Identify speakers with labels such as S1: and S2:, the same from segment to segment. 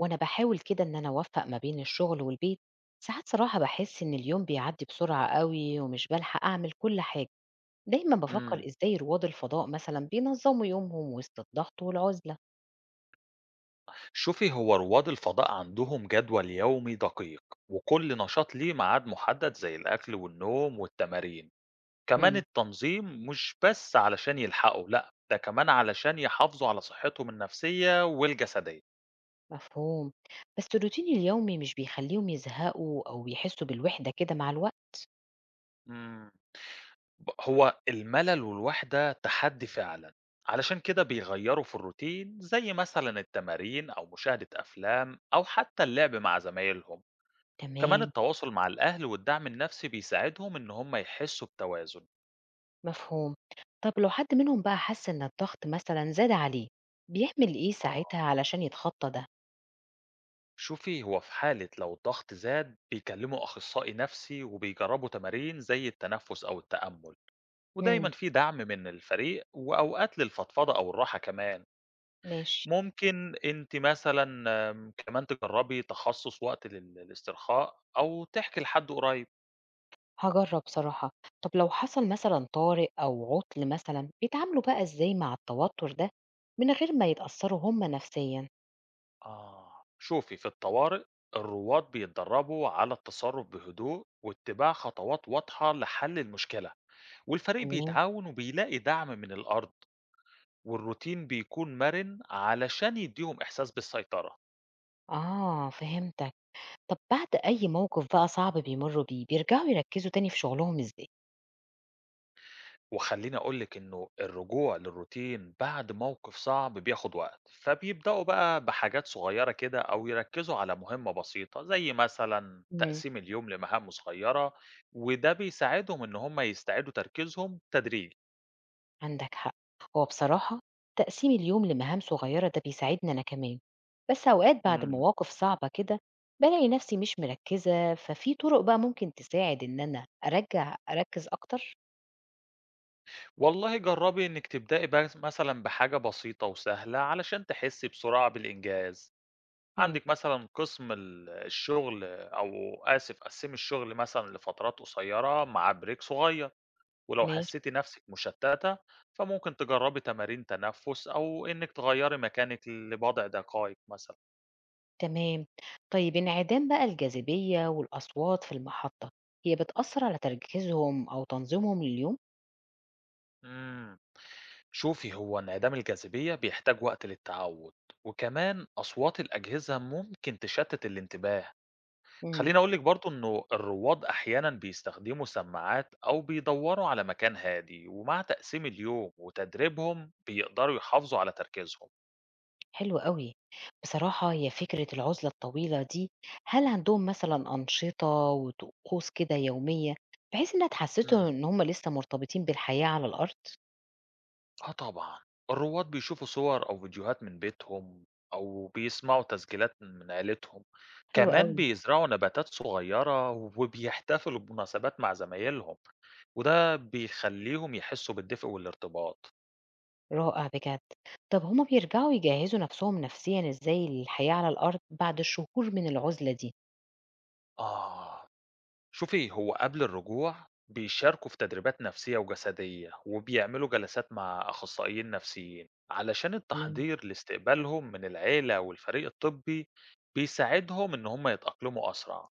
S1: وأنا باحاول كده إن أنا أوفّق ما بين الشغل والبيت، ساعات صراحة باحس إن اليوم بيعدّي بسرعة أوي ومش بالحق أعمل كل حاجة، دايمًا بافكّر
S2: إمم.
S1: إزاي رواد الفضاء مثلًا بينظّموا يومهم وسط الضغط والعُزلة.
S2: شوفي هو رواد الفضاء عندهم جدول يومي دقيق، وكل نشاط ليه ميعاد محدد زي الأكل والنوم والتمارين. كمان
S1: إمم.
S2: التنظيم مش بس علشان يلحقوا، لأ، ده كمان علشان يحافظوا على صحتهم النفسية والجسدية.
S1: مفهوم، بس الروتين اليومي مش بيخلّيهم يزهقوا أو يحسّوا بالوحدة كده مع الوقت؟
S2: امم. هو الملل والوحدة تحدي فعلًا، علشان كده بيغيّروا في الروتين زي مثلًا التمارين أو مشاهدة أفلام أو حتى اللعب مع زمايلهم. كمان
S1: تمام،
S2: التواصل مع الأهل والدعم النفسي بيساعدهم إن هم يحسوا بتوازن.
S1: مفهوم. طب لو حد منهم بقى حَس إن الضغط مثلًا زاد عليه، بيعمل إيه
S2: آه.
S1: ساعتها علشان يتخطّى ده؟
S2: شوفي هو في حالة لو الضغط زاد بيكلموا أخصائي نفسي وبيجربوا تمارين زي التنفس أو التأمل، ودايما
S1: إمم.
S2: في دعم من الفريق وأوقات للفضفضة أو الراحة كمان.
S1: ماشي.
S2: ممكن أنت مثلا كمان تجربي تخصص وقت للاسترخاء أو تحكي لحد قريب.
S1: هاجرّب صراحة. طَب لو حصل مثلًا طارئ أو عُطْل مثلًا، بيتعاملوا بقى إزاي مع التوتر ده من غير ما يتأثّروا هم نفسيًا؟
S2: آه. شوفي في الطوارئ الرواد بيتدربوا على التصرف بهدوء واتباع خطوات واضحة لحل المشكلة، والفريق
S1: تمام.
S2: بيتعاون وبيلاقي دعم من الأرض. والروتين بيكون مرن علشان يديهم إحساس بالسيطرة.
S1: آه، فهمتك. طَب بعد أي موقف بقى صعب بيمرّوا بيه، بيرجعوا يركّزوا تاني في شُغلهم إزاي؟
S2: وخليني أقولك إنه الرجوع للروتين بعد موقف صعب بياخد وقت، فبيبدأوا بقى بحاجات صغيرة كده أو يركزوا على مهمة بسيطة زي مثلا
S1: إمم،
S2: تقسيم اليوم لمهام صغيرة، وده بيساعدهم إن هم يستعيدوا تركيزهم تدريجي.
S1: عندك حق. هو بصراحة تقسيم اليوم لمهام صغيّرة ده بيساعدني أنا كمان، بس أوقات بعد
S2: إمم.
S1: مواقف صعبة كده بالاقي نفسي مش مركّزة، ففي طُرق بقى ممكن تساعد إن أنا أرجّع أركّز أكتر؟
S2: والله جرّبي إنِّك تبدئي بس مثلًا بحاجة بسيطة وسهلة علشان تحسّي بسرعة بالإنجاز.
S1: إمم.
S2: عندِك مثلًا قسم الشغل أو آسف، قسّمي الشغل مثلًا لفترات قصيّرة مع break صغيّر، ولو
S1: ماشي.
S2: حسّيتِ نَفْسِك مُشتّتة فممكن تجرّبي تمارين تنفُّس أو إنِّك تغيّري مكانِك لبضع دقايق مثلًا.
S1: تمام. طيب انعدام بقى الجاذبية والأصوات في المحطة هي بتأثر على تركيزهم أو تنظيمهم لليوم؟
S2: إمم. شوفي، هو انعدام الجاذبية بيحتاج وقت للتعوُّد، وكمان أصوات الأجهزة ممكن تشتِّت الانتباه.
S1: مم.
S2: خلّيني أقول لِك برضه إنه الرواد أحيانًا بيستخدموا سماعات أو بيدوّروا على مكان هادي، ومع تقسيم اليوم وتدريبهم بيقدروا يحافظوا على تركيزهم.
S1: حلو قوي. بصراحة هي فكرة العزلة الطويلة دي، هل عندهم مثلا أنشطة وطقوس كده يومية بحيث إنها تحسسهم
S2: إمم.
S1: إن هم لسه مرتبطين بالحياة على الأرض؟
S2: آه طبعًا، الرواد بيشوفوا صور أو فيديوهات من بيتهم أو بيسمعوا تسجيلات من عيلتهم،
S1: حلو
S2: كمان
S1: قوي.
S2: بيزرعوا نباتات صغيرة وبيحتفلوا بمناسبات مع زمايلهم، وده بيخلّيهم يحسّوا بالدفء والارتباط.
S1: رائع بجد. طب هما بيرجعوا يجهزوا نفسهم نفسيا إزاي للحياة على الأرض بعد شهور من العزلة
S2: آه. شوفي هو قبل الرجوع بيشاركوا في تدريبات نفسية وجسدية وبيعملوا جلسات مع أخصائيين نفسيين علشان
S1: دي؟
S2: التحضير لاستقبالهم من العيلة والفريق الطبي. بيساعدهم إن هم يتأقلموا أسرع.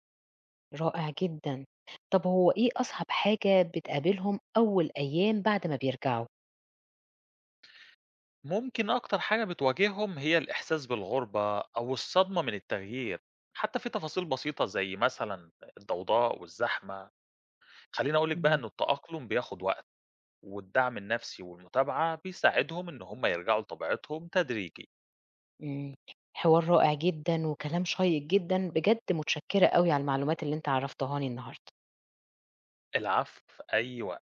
S1: رائع جدًا. طب هو إيه أصعب حاجة بتقابلهم أول أيام بعد ما بيرجعوا؟
S2: ممكن أكتر حاجة بتواجههم هي الإحساس بالغربة أو الصدمة من التغيير، حتى في تفاصيل بسيطة زي مثلا الضوضاء والزحمة. خليني أقولك بقى
S1: إمم.
S2: إن التأقلم بياخد وقت، والدعم النفسي والمتابعة بيساعدهم إن هم يرجعوا لطبيعتهم تدريجي.
S1: إمم. حوار رائع جدًا وكلام شيّق جدًا، بجد متشكّرة أوي على المعلومات اللي أنت عرّفتهاني النهارده.
S2: العفو، أيوه،